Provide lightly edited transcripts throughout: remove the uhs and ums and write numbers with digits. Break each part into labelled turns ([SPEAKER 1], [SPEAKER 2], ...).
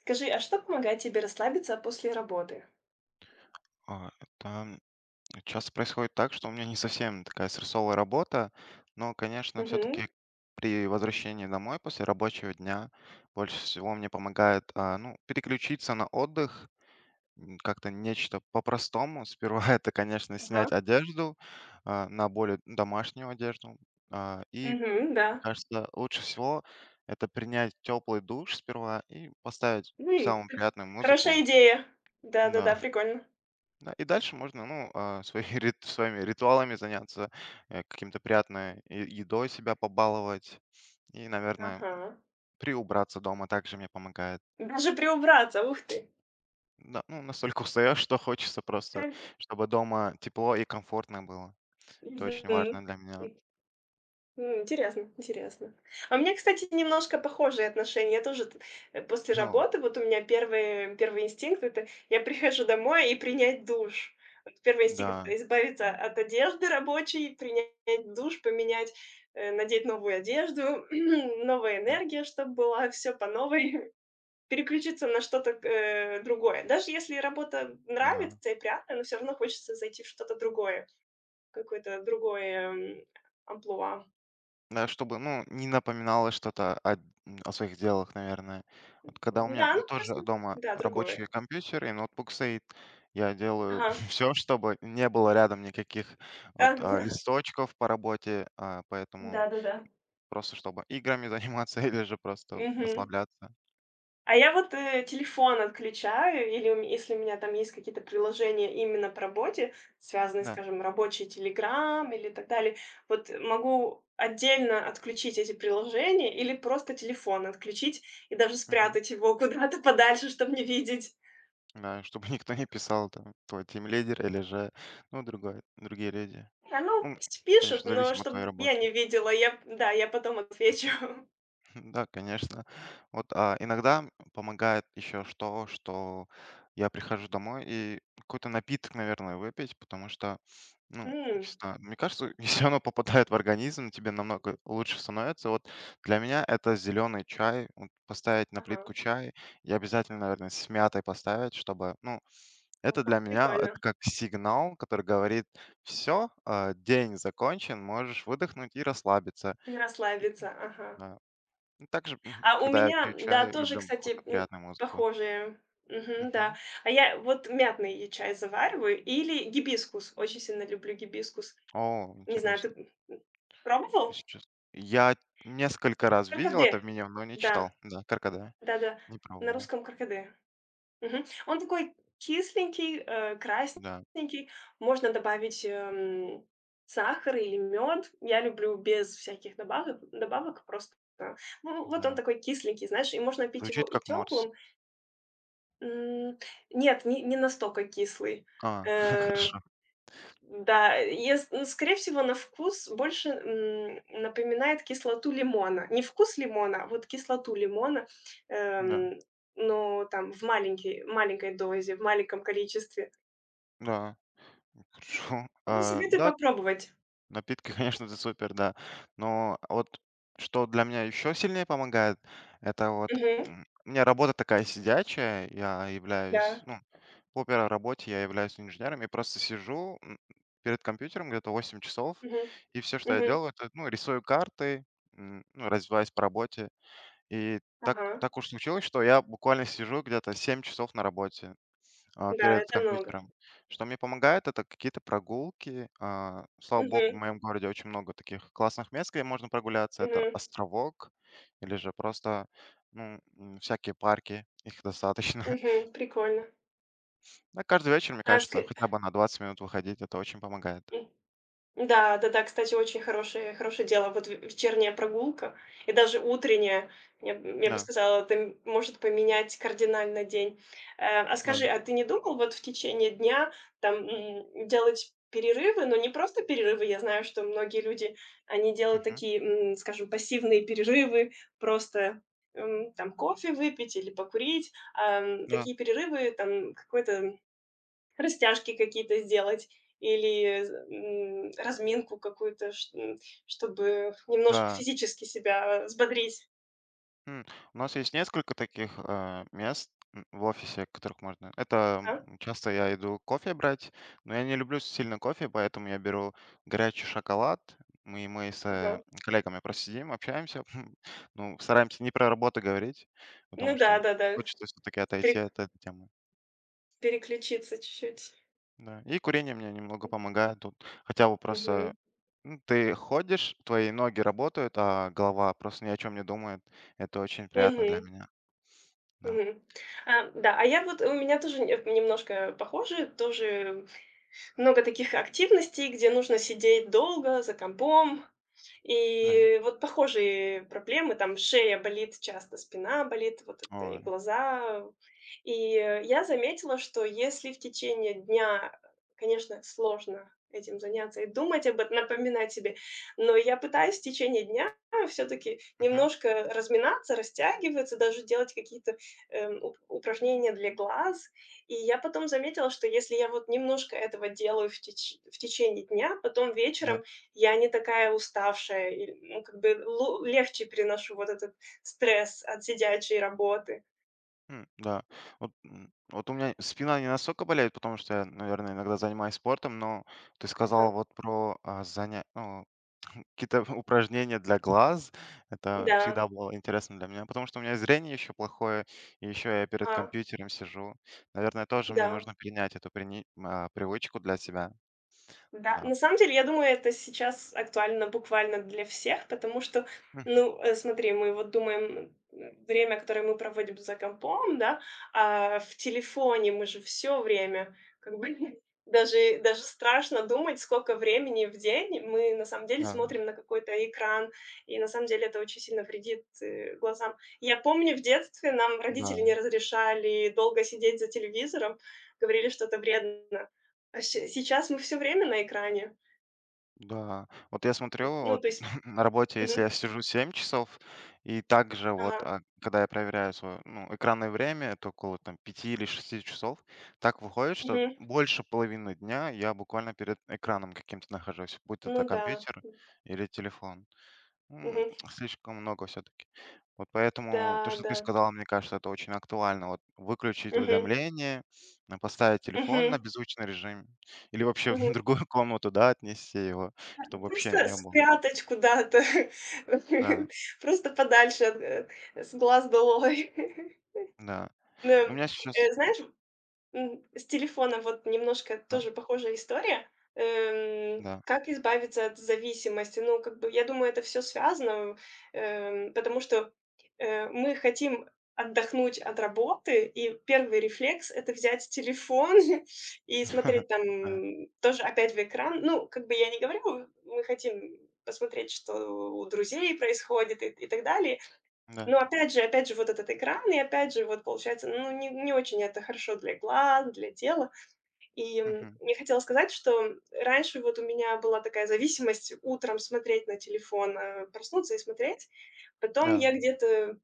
[SPEAKER 1] Скажи, а что помогает тебе расслабиться после работы?
[SPEAKER 2] А, это часто происходит так, что у меня не совсем такая стрессовая работа, но, конечно,
[SPEAKER 1] Мгм.
[SPEAKER 2] все-таки при возвращении домой после рабочего дня больше всего мне помогает ну, переключиться на отдых, как-то нечто по-простому. Сперва это, конечно,
[SPEAKER 1] Ага.
[SPEAKER 2] снять одежду на более домашнюю одежду. И,
[SPEAKER 1] Мгм.
[SPEAKER 2] мне
[SPEAKER 1] Да.
[SPEAKER 2] кажется, лучше всего это принять теплый душ сперва и поставить
[SPEAKER 1] М,
[SPEAKER 2] самую приятную
[SPEAKER 1] Хорошая
[SPEAKER 2] музыку.
[SPEAKER 1] идея. Да-да-да,
[SPEAKER 2] Да.
[SPEAKER 1] прикольно.
[SPEAKER 2] Да, и дальше можно, ну, свои своими ритуалами заняться, каким-то приятной едой себя побаловать и, наверное,
[SPEAKER 1] Ага.
[SPEAKER 2] приубраться дома также мне помогает.
[SPEAKER 1] Даже приубраться, ух ты.
[SPEAKER 2] Да, ну, настолько устаешь, что хочется просто, чтобы дома тепло и комфортно было. Это очень
[SPEAKER 1] Мгм.
[SPEAKER 2] важно для меня.
[SPEAKER 1] Интересно, интересно. А у меня, кстати, немножко похожие отношения. Я тоже после
[SPEAKER 2] Ну,
[SPEAKER 1] работы, вот у меня первый инстинкт- это я прихожу домой и принять душ. Вот первый инстинкт-
[SPEAKER 2] да,
[SPEAKER 1] это избавиться от одежды рабочей, принять душ, поменять, надеть новую одежду, новая
[SPEAKER 2] м,
[SPEAKER 1] энергия, чтобы была, все по новой, переключиться на что-то, другое. Даже если работа
[SPEAKER 2] да.
[SPEAKER 1] нравится и приятная, но все равно хочется зайти в что-то другое, какое-то другое, амплуа.
[SPEAKER 2] Да, чтобы, ну, не напоминало что-то о своих делах, наверное. Вот когда у меня,
[SPEAKER 1] Да,
[SPEAKER 2] ну,
[SPEAKER 1] ну
[SPEAKER 2] тоже
[SPEAKER 1] просто
[SPEAKER 2] дома
[SPEAKER 1] да, другое.
[SPEAKER 2] рабочий компьютер и ноутбук стоит, я делаю
[SPEAKER 1] Ага.
[SPEAKER 2] все, чтобы не было рядом никаких
[SPEAKER 1] А,
[SPEAKER 2] вот, листочков по работе, поэтому
[SPEAKER 1] да-да-да.
[SPEAKER 2] просто чтобы играми заниматься или же просто
[SPEAKER 1] Мгм.
[SPEAKER 2] расслабляться.
[SPEAKER 1] А я вот, телефон отключаю или у ме если у меня там есть какие-то приложения именно по работе, связанные,
[SPEAKER 2] Да.
[SPEAKER 1] скажем, рабочий "Телеграм" или так далее, вот могу отдельно отключить эти приложения или просто телефон отключить и даже
[SPEAKER 2] Мгм.
[SPEAKER 1] спрятать его куда-то подальше, чтобы не видеть.
[SPEAKER 2] Да, чтобы никто не писал там, твой тимлидер или же, ну, другой другие люди.
[SPEAKER 1] А, ну,
[SPEAKER 2] Ну,
[SPEAKER 1] пусть пишут,
[SPEAKER 2] конечно,
[SPEAKER 1] но
[SPEAKER 2] зависимо от твоей
[SPEAKER 1] чтобы я
[SPEAKER 2] работы.
[SPEAKER 1] не видела. Я, да, я потом отвечу.
[SPEAKER 2] Да, конечно. Вот, иногда помогает еще что я прихожу домой и какой-то напиток, наверное, выпить, потому что, ну, не
[SPEAKER 1] М,
[SPEAKER 2] знаю, мне кажется, если оно попадает в организм, тебе намного лучше становится. Вот для меня это зеленый чай, вот поставить на
[SPEAKER 1] ага.
[SPEAKER 2] плитку чай и обязательно, наверное, с мятой поставить, чтобы, ну, это
[SPEAKER 1] Да,
[SPEAKER 2] для меня, это
[SPEAKER 1] прикольно.
[SPEAKER 2] как сигнал, который говорит, все, день закончен, можешь выдохнуть и расслабиться.
[SPEAKER 1] Не
[SPEAKER 2] И,
[SPEAKER 1] расслабиться, ага.
[SPEAKER 2] да. Ну, также,
[SPEAKER 1] А у
[SPEAKER 2] когда я
[SPEAKER 1] меня,
[SPEAKER 2] пью
[SPEAKER 1] да,
[SPEAKER 2] чай,
[SPEAKER 1] тоже,
[SPEAKER 2] люблю
[SPEAKER 1] кстати,
[SPEAKER 2] какую-то приятную музыку.
[SPEAKER 1] похожие. Мгм, да.
[SPEAKER 2] Мгм.
[SPEAKER 1] А я вот мятный и чай завариваю или гибискус. Очень сильно люблю гибискус.
[SPEAKER 2] О,
[SPEAKER 1] Не знаю,
[SPEAKER 2] интересно.
[SPEAKER 1] ты, пробовал?
[SPEAKER 2] Если честно. Я несколько раз видел это в
[SPEAKER 1] Каркаде.
[SPEAKER 2] меню, но не
[SPEAKER 1] Да,
[SPEAKER 2] читал. Да, каркаде.
[SPEAKER 1] да-да.
[SPEAKER 2] Не
[SPEAKER 1] На
[SPEAKER 2] пробовал.
[SPEAKER 1] русском каркаде. Мгм. Он такой кисленький,
[SPEAKER 2] Да,
[SPEAKER 1] красненький. Можно добавить, сахар или мед. Я люблю без всяких добавок, просто, ну, вот он
[SPEAKER 2] да.
[SPEAKER 1] такой кисленький, знаешь, и можно пить его
[SPEAKER 2] Звучит
[SPEAKER 1] и
[SPEAKER 2] как Марс.
[SPEAKER 1] теплым. Нет, не настолько кислый.
[SPEAKER 2] А,
[SPEAKER 1] Э
[SPEAKER 2] хорошо.
[SPEAKER 1] да, ес ну, скорее всего, на вкус больше, напоминает кислоту лимона. Не вкус лимона, а вот кислоту лимона,
[SPEAKER 2] Да,
[SPEAKER 1] эм, но там в маленький маленькой дозе, в маленьком количестве.
[SPEAKER 2] да, хорошо.
[SPEAKER 1] Ну,
[SPEAKER 2] А,
[SPEAKER 1] советую
[SPEAKER 2] да.
[SPEAKER 1] попробовать.
[SPEAKER 2] Напитки, конечно, это супер, да. Но вот что для меня еще сильнее помогает, это вот
[SPEAKER 1] Мгм.
[SPEAKER 2] у меня работа такая сидячая,
[SPEAKER 1] Да.
[SPEAKER 2] ну, по первой работе я являюсь инженером, и просто сижу перед компьютером где-то 8 часов,
[SPEAKER 1] Мгм.
[SPEAKER 2] и все, что я
[SPEAKER 1] Мгм.
[SPEAKER 2] делаю, это, ну, рисую карты, ну, развиваюсь по работе. И так,
[SPEAKER 1] Ага.
[SPEAKER 2] так уж случилось, что я буквально сижу где-то 7 часов на работе
[SPEAKER 1] Да,
[SPEAKER 2] перед
[SPEAKER 1] это много.
[SPEAKER 2] компьютером. Что мне помогает- это какие-то прогулки. А, слава богу, в
[SPEAKER 1] Мгм.
[SPEAKER 2] моем городе очень много таких классных мест, где можно прогуляться. Это
[SPEAKER 1] Мгм.
[SPEAKER 2] островок или же просто, ну, всякие парки, их достаточно.
[SPEAKER 1] Мгм. Прикольно.
[SPEAKER 2] Да, каждый вечер, мне
[SPEAKER 1] А ска
[SPEAKER 2] кажется, хотя бы на 20 минут выходить- это очень помогает.
[SPEAKER 1] Да, да-да, кстати, очень хорошее дело. Вот в вечерняя прогулка и даже утренняя, я бы
[SPEAKER 2] Да,
[SPEAKER 1] сказала, это может поменять кардинально день. А
[SPEAKER 2] да,
[SPEAKER 1] скажи, а ты не думал вот в течение дня там, делать перерывы, но не просто перерывы? Я знаю, что многие люди, они делают
[SPEAKER 2] мгм,
[SPEAKER 1] такие, скажем, пассивные перерывы, просто, там кофе выпить или покурить.
[SPEAKER 2] да,
[SPEAKER 1] Такие перерывы, там какой-то растяжки какие-то сделать или, разминку какую-то, чтобы немножко
[SPEAKER 2] да.
[SPEAKER 1] физически себя взбодрить.
[SPEAKER 2] М, у нас есть несколько таких, мест, в офисе, которых можно Это,
[SPEAKER 1] Ага,
[SPEAKER 2] часто я иду кофе брать, но я не люблю сильно кофе, поэтому я беру горячий шоколад. Мы с,
[SPEAKER 1] ага.
[SPEAKER 2] коллегами просидим, общаемся, ну, стараемся не про работу говорить,
[SPEAKER 1] Ну
[SPEAKER 2] потому
[SPEAKER 1] да,
[SPEAKER 2] что
[SPEAKER 1] да-да,
[SPEAKER 2] хочется все таки отойти
[SPEAKER 1] пере
[SPEAKER 2] от этой темы.
[SPEAKER 1] переключиться чуть-чуть.
[SPEAKER 2] Да, и курение мне немного помогает тут. Хотя бы просто,
[SPEAKER 1] Мгм.
[SPEAKER 2] ну, ты ходишь, твои ноги работают, а голова просто ни о чем не думает. Это очень приятно для
[SPEAKER 1] Мгм.
[SPEAKER 2] меня. Да,
[SPEAKER 1] Мгм. А, да, а я вот у меня тоже не немножко похоже, тоже. Много таких активностей, где нужно сидеть долго за компом.
[SPEAKER 2] да.
[SPEAKER 1] И вот похожие проблемы, там шея болит часто, спина болит, вот это и
[SPEAKER 2] Ой.
[SPEAKER 1] глаза. И, я заметила, что если в течение дня, конечно, сложно этим заняться и думать об этом, напоминать себе, но я пытаюсь в течение дня все таки
[SPEAKER 2] Мгм.
[SPEAKER 1] немножко разминаться, растягиваться, даже делать какие-то, уп упражнения для глаз, и я потом заметила, что если я вот немножко этого делаю в течение дня, потом
[SPEAKER 2] Да.
[SPEAKER 1] вечером я не такая уставшая, и, ну, как бы лу легче переношу вот этот стресс от сидячей работы.
[SPEAKER 2] Да. Вот, у меня спина не настолько болеет, потому что я, наверное, иногда занимаюсь спортом, но ты
[SPEAKER 1] Ага.
[SPEAKER 2] сказал вот про ну, какие-то упражнения для глаз. Это
[SPEAKER 1] Да,
[SPEAKER 2] всегда было интересно для меня, потому что у меня зрение еще плохое, и еще я перед
[SPEAKER 1] а,
[SPEAKER 2] компьютером сижу. Наверное, тоже мне
[SPEAKER 1] да.
[SPEAKER 2] нужно принять эту привычку для себя.
[SPEAKER 1] Да,
[SPEAKER 2] Да.
[SPEAKER 1] на самом деле, я думаю, это сейчас актуально буквально для всех, потому что,
[SPEAKER 2] Мгм.
[SPEAKER 1] ну, смотри, мы вот думаем, время, которое мы проводим за компом, да, а в телефоне мы же все время, как бы, даже страшно думать, сколько времени в день мы на самом деле
[SPEAKER 2] Да,
[SPEAKER 1] смотрим на какой-то экран, и на самом деле это очень сильно вредит, глазам. Я помню, в детстве нам родители не
[SPEAKER 2] да.
[SPEAKER 1] разрешали долго сидеть за телевизором, говорили, что это вредно. А се сейчас мы все время на экране.
[SPEAKER 2] Да, вот я смотрю,
[SPEAKER 1] Ну,
[SPEAKER 2] вот
[SPEAKER 1] то есть
[SPEAKER 2] на работе, если
[SPEAKER 1] Мгм.
[SPEAKER 2] я сижу 7 часов, и также вот,
[SPEAKER 1] Ага.
[SPEAKER 2] когда я проверяю свое, ну, экранное время, это около там 5 или 6 часов, так выходит, что
[SPEAKER 1] Мгм.
[SPEAKER 2] больше половины дня я буквально перед экраном каким-то нахожусь, будь
[SPEAKER 1] Ну
[SPEAKER 2] это
[SPEAKER 1] да.
[SPEAKER 2] компьютер или телефон. М,
[SPEAKER 1] Мгм.
[SPEAKER 2] слишком много все таки. Вот поэтому то,
[SPEAKER 1] Да,
[SPEAKER 2] что ты
[SPEAKER 1] да.
[SPEAKER 2] сказала, мне кажется, это очень актуально. Вот выключить
[SPEAKER 1] Мгм.
[SPEAKER 2] уведомления, поставить телефон
[SPEAKER 1] Мгм.
[SPEAKER 2] на беззвучный режим или вообще в
[SPEAKER 1] Мгм.
[SPEAKER 2] другую комнату, да, отнести его,
[SPEAKER 1] А
[SPEAKER 2] чтобы вообще
[SPEAKER 1] просто
[SPEAKER 2] не было.
[SPEAKER 1] спрятать куда-то,
[SPEAKER 2] Да,
[SPEAKER 1] просто подальше от, с глаз долой.
[SPEAKER 2] да. Ну, у
[SPEAKER 1] Да.
[SPEAKER 2] меня сейчас
[SPEAKER 1] Знаешь. С телефона вот немножко
[SPEAKER 2] да,
[SPEAKER 1] тоже похожая история.
[SPEAKER 2] да.
[SPEAKER 1] Как избавиться от зависимости? Ну, как бы, я думаю, это все связано, потому что, мы хотим отдохнуть от работы, и первый рефлекс- это взять телефон и смотреть там
[SPEAKER 2] Да,
[SPEAKER 1] тоже опять в экран. Ну, как бы я не говорю, мы хотим посмотреть, что у друзей происходит и так далее.
[SPEAKER 2] да.
[SPEAKER 1] Но опять же вот этот экран, и опять же вот получается, ну, не очень это хорошо для глаз, для тела. И,
[SPEAKER 2] Мгм.
[SPEAKER 1] я хотела сказать, что раньше вот у меня была такая зависимость утром смотреть на телефон, проснуться и смотреть. Потом
[SPEAKER 2] Да.
[SPEAKER 1] я где-то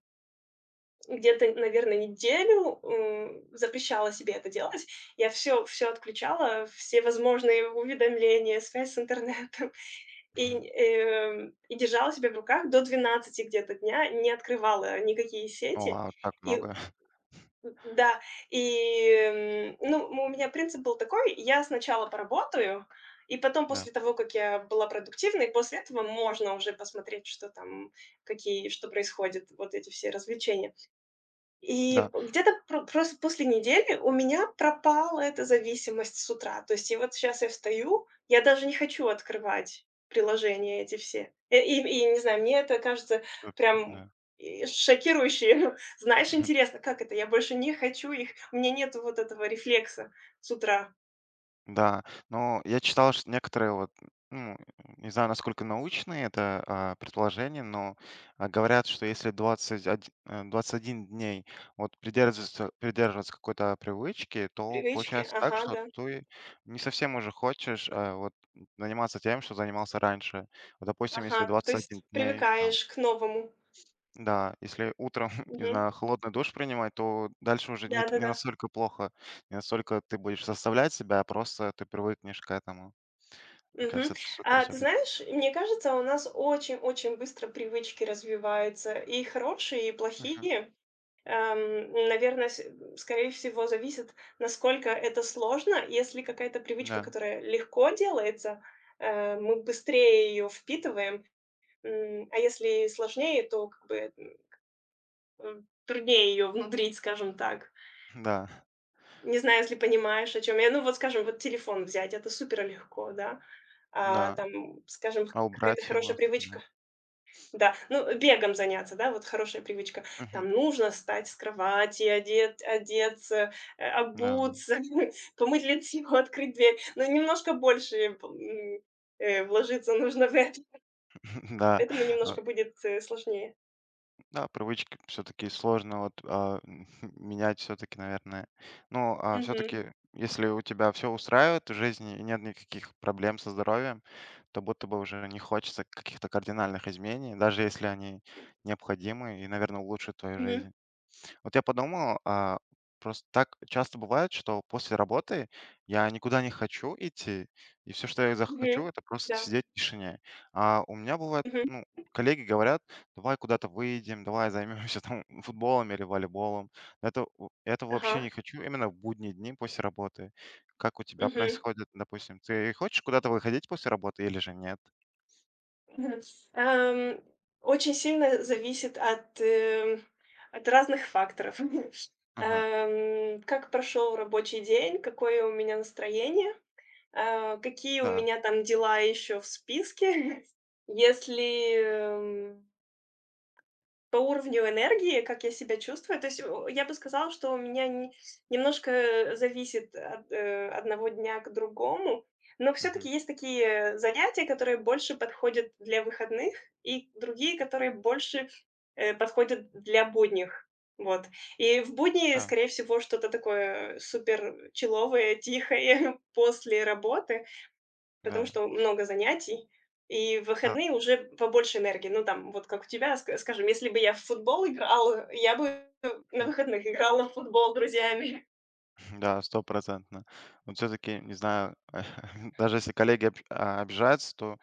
[SPEAKER 1] где-то, наверное, неделю, запрещала себе это делать. Я все отключала, все возможные уведомления, связь с интернетом. И,
[SPEAKER 2] Мгм.
[SPEAKER 1] эм, и держала себя в руках до 12 где-то дня, не открывала никакие
[SPEAKER 2] О,
[SPEAKER 1] сети.
[SPEAKER 2] а вот так
[SPEAKER 1] И,
[SPEAKER 2] много.
[SPEAKER 1] да, и, ну, у меня принцип был такой: я сначала поработаю, и потом,
[SPEAKER 2] Да,
[SPEAKER 1] после того, как я была продуктивной, после этого можно уже посмотреть, что там, какие, что происходит, вот эти все развлечения. И
[SPEAKER 2] да.
[SPEAKER 1] где-то просто после недели у меня пропала эта зависимость с утра. То есть и вот сейчас я встаю, я даже не хочу открывать приложения эти все. И не знаю, мне это кажется
[SPEAKER 2] Супер,
[SPEAKER 1] прям
[SPEAKER 2] да.
[SPEAKER 1] и шокирующе. Знаешь, интересно, как это? Я больше не хочу их. У меня нет вот этого рефлекса с утра.
[SPEAKER 2] Да, но я читал, что некоторые вот, ну, не знаю, насколько научные это предположения, но говорят, что если 21, 21 дней вот придерживаться какой-то привычки, то
[SPEAKER 1] Привычки.
[SPEAKER 2] получается так,
[SPEAKER 1] Ага,
[SPEAKER 2] что
[SPEAKER 1] да.
[SPEAKER 2] ты не совсем уже хочешь вот заниматься тем, что занимался раньше. Вот, допустим, если
[SPEAKER 1] Ага, то
[SPEAKER 2] двадцать
[SPEAKER 1] есть
[SPEAKER 2] один дней там,
[SPEAKER 1] привыкаешь к новому.
[SPEAKER 2] да, если утром, не знаю, холодный душ принимать, то дальше уже не
[SPEAKER 1] Да-да-да.
[SPEAKER 2] настолько плохо, не настолько ты будешь заставлять себя, а просто ты привыкнешь к этому. Мне
[SPEAKER 1] Мгм.
[SPEAKER 2] кажется, это супер
[SPEAKER 1] А ты
[SPEAKER 2] все-таки.
[SPEAKER 1] знаешь, мне кажется, у нас очень-очень быстро привычки развиваются, и хорошие, и плохие. Наверное, скорее всего, зависит, насколько это сложно. Если какая-то привычка,
[SPEAKER 2] Да,
[SPEAKER 1] которая легко делается, мы быстрее ее впитываем, а если сложнее, то как бы труднее ее внедрить, скажем так.
[SPEAKER 2] да,
[SPEAKER 1] Не знаю, если понимаешь, о чем я. Ну, вот, скажем, вот телефон взять- это супер легко, да. А,
[SPEAKER 2] да.
[SPEAKER 1] там, скажем,
[SPEAKER 2] А
[SPEAKER 1] какая-то
[SPEAKER 2] убрать его?
[SPEAKER 1] хорошая
[SPEAKER 2] Да.
[SPEAKER 1] привычка. Да, ну, бегом заняться, да, вот хорошая привычка.
[SPEAKER 2] Мгм.
[SPEAKER 1] Там нужно встать с кровати, одеться,
[SPEAKER 2] Да.
[SPEAKER 1] обуться, помыть лицо, открыть дверь. Но немножко больше, вложиться нужно в это,
[SPEAKER 2] Да.
[SPEAKER 1] поэтому немножко будет, сложнее.
[SPEAKER 2] Да, привычки все-таки сложно вот менять все-таки, наверное. Ну, а
[SPEAKER 1] Мгм.
[SPEAKER 2] все-таки, если у тебя все устраивает в жизни и нет никаких проблем со здоровьем, то будто бы уже не хочется каких-то кардинальных изменений, даже если они необходимы и, наверное, улучшат твою
[SPEAKER 1] Мгм.
[SPEAKER 2] жизнь. Вот я подумал, просто так часто бывает, что после работы я никуда не хочу идти, и все, что я захочу,
[SPEAKER 1] Мгм.
[SPEAKER 2] это просто
[SPEAKER 1] Да.
[SPEAKER 2] сидеть в тишине. А у меня бывает,
[SPEAKER 1] Мгм.
[SPEAKER 2] ну, коллеги говорят, давай куда-то выйдем, давай займемся там футболом или волейболом. Это
[SPEAKER 1] Ага.
[SPEAKER 2] вообще не хочу именно в будние дни после работы. Как у тебя
[SPEAKER 1] Мгм.
[SPEAKER 2] происходит, допустим, ты хочешь куда-то выходить после работы или же нет?
[SPEAKER 1] Мгм. Эм, Очень сильно зависит от разных факторов.
[SPEAKER 2] Ага,
[SPEAKER 1] Как прошел рабочий день, какое у меня настроение, какие у
[SPEAKER 2] да,
[SPEAKER 1] меня там дела еще в списке. Если, по уровню энергии, как я себя чувствую, то есть, я бы сказала, что у меня не немножко, зависит от, одного дня к другому. Но все таки
[SPEAKER 2] мгм,
[SPEAKER 1] есть такие занятия, которые больше подходят для выходных, и другие, которые больше, подходят для будних. Вот. И в будни,
[SPEAKER 2] да,
[SPEAKER 1] скорее всего, что-то такое супер чилловое, тихое после работы. Потому
[SPEAKER 2] да,
[SPEAKER 1] что много занятий, и в
[SPEAKER 2] да.
[SPEAKER 1] выходные уже побольше энергии. Ну, там, вот как у тебя, скажем, если бы я в футбол играла, я бы на выходных играла в футбол с друзьями.
[SPEAKER 2] Да, стопроцентно. Вот все-таки, не знаю, даже если коллеги обижаются, то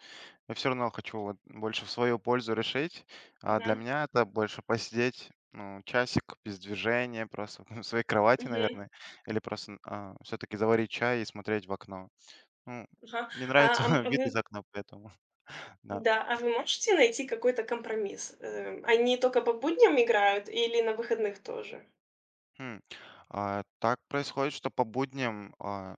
[SPEAKER 2] я все равно хочу вот больше в свою пользу решить. А для
[SPEAKER 1] Мгм.
[SPEAKER 2] меня это больше посидеть, ну, часик без движения, просто в своей кровати,
[SPEAKER 1] Мгм.
[SPEAKER 2] наверное, или просто все-таки заварить чай и смотреть в окно. Ну,
[SPEAKER 1] Ага.
[SPEAKER 2] не
[SPEAKER 1] А,
[SPEAKER 2] нравится
[SPEAKER 1] ам, а м- а
[SPEAKER 2] вид
[SPEAKER 1] вы
[SPEAKER 2] из окна, поэтому, да.
[SPEAKER 1] да, а вы можете найти какой-то компромисс? Они только по будням играют или на выходных тоже?
[SPEAKER 2] Хм. А, так происходит, что по будням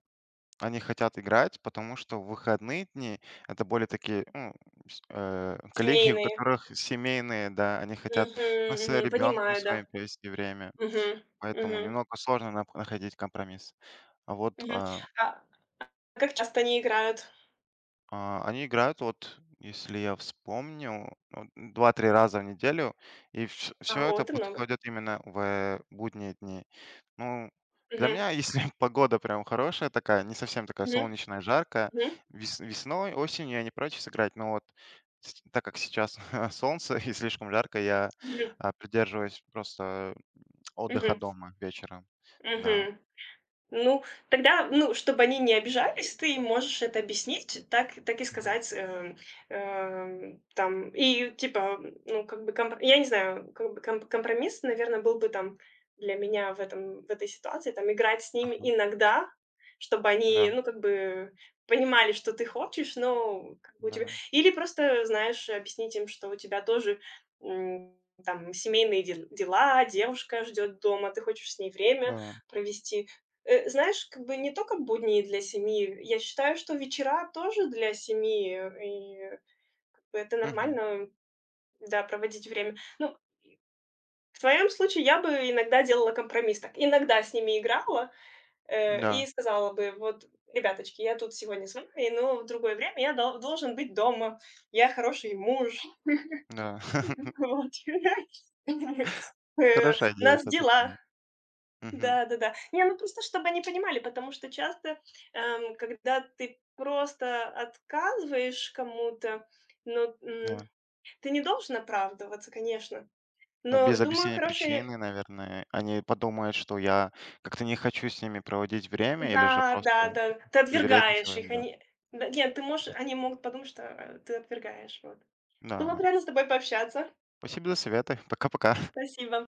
[SPEAKER 2] они хотят играть, потому что в выходные дни это более такие, ну, с коллеги, у
[SPEAKER 1] Семейные.
[SPEAKER 2] которых семейные, да, они хотят, ну,
[SPEAKER 1] Мгм,
[SPEAKER 2] с
[SPEAKER 1] мгм.
[SPEAKER 2] ребенком
[SPEAKER 1] Понимаю, да.
[SPEAKER 2] своим провести время,
[SPEAKER 1] Мгм,
[SPEAKER 2] поэтому
[SPEAKER 1] мгм,
[SPEAKER 2] немного сложно нап находить компромисс. А вот,
[SPEAKER 1] мгм.
[SPEAKER 2] а,
[SPEAKER 1] А как часто они играют?
[SPEAKER 2] Они играют вот, если я вспомню, вот 2-3 раза в неделю, и все
[SPEAKER 1] А, о,
[SPEAKER 2] это
[SPEAKER 1] это много.
[SPEAKER 2] подходит именно в будние дни. Ну, для
[SPEAKER 1] Мгм,
[SPEAKER 2] меня, если погода прям хорошая такая, не совсем такая
[SPEAKER 1] мгм,
[SPEAKER 2] солнечная, жаркая,
[SPEAKER 1] мгм,
[SPEAKER 2] весной, осенью я не прочь сыграть, но вот с так как сейчас солнце и слишком жарко, я,
[SPEAKER 1] мгм.
[SPEAKER 2] придерживаюсь просто отдыха
[SPEAKER 1] Мгм,
[SPEAKER 2] дома вечером. Да.
[SPEAKER 1] мгм. Ну, тогда, ну, чтобы они не обижались, ты можешь это объяснить, так и
[SPEAKER 2] Мгм.
[SPEAKER 1] сказать, там, и типа, ну, как бы, комп я не знаю, как бы компромисс, наверное, был бы там для меня в этой ситуации, там, играть с ними
[SPEAKER 2] Ага.
[SPEAKER 1] иногда, чтобы они,
[SPEAKER 2] Да,
[SPEAKER 1] ну, как бы понимали, что ты хочешь, но как бы у тебя
[SPEAKER 2] да,
[SPEAKER 1] или просто, знаешь, объяснить им, что у тебя тоже, м, там семейные дела, девушка ждет дома, ты хочешь с ней время
[SPEAKER 2] да.
[SPEAKER 1] провести. Знаешь, как бы не только будни для семьи. Я считаю, что вечера тоже для семьи, и как бы это
[SPEAKER 2] Мгм.
[SPEAKER 1] нормально, да, проводить время. Ну, в твоем случае я бы иногда делала компромисс так. Иногда с ними играла, и
[SPEAKER 2] Да,
[SPEAKER 1] сказала бы: "Вот, ребяточки, я тут сегодня с вами, но в другое время я должен быть дома. Я хороший муж".
[SPEAKER 2] да.
[SPEAKER 1] Вот.
[SPEAKER 2] Хорошая
[SPEAKER 1] У
[SPEAKER 2] идея
[SPEAKER 1] нас
[SPEAKER 2] все таки,
[SPEAKER 1] дела.
[SPEAKER 2] да. Мгм.
[SPEAKER 1] Да-да-да. Не, ну просто чтобы они понимали, потому что часто, когда ты просто отказываешь кому-то, ну,
[SPEAKER 2] Да.
[SPEAKER 1] ты не должен оправдываться, конечно.
[SPEAKER 2] Да,
[SPEAKER 1] Но,
[SPEAKER 2] без
[SPEAKER 1] думаю,
[SPEAKER 2] объяснения
[SPEAKER 1] хорошие
[SPEAKER 2] причины, наверное, они подумают, что я как-то не хочу с ними проводить время или же
[SPEAKER 1] Да, да,
[SPEAKER 2] просто
[SPEAKER 1] да. Ты
[SPEAKER 2] приверять
[SPEAKER 1] отвергаешь
[SPEAKER 2] ничего.
[SPEAKER 1] их,
[SPEAKER 2] Да.
[SPEAKER 1] они Да нет, ты можешь они могут подумать, что, ты отвергаешь, вот. Было
[SPEAKER 2] Да.
[SPEAKER 1] приятно с тобой пообщаться.
[SPEAKER 2] Спасибо за советы. Пока-пока.
[SPEAKER 1] Спасибо.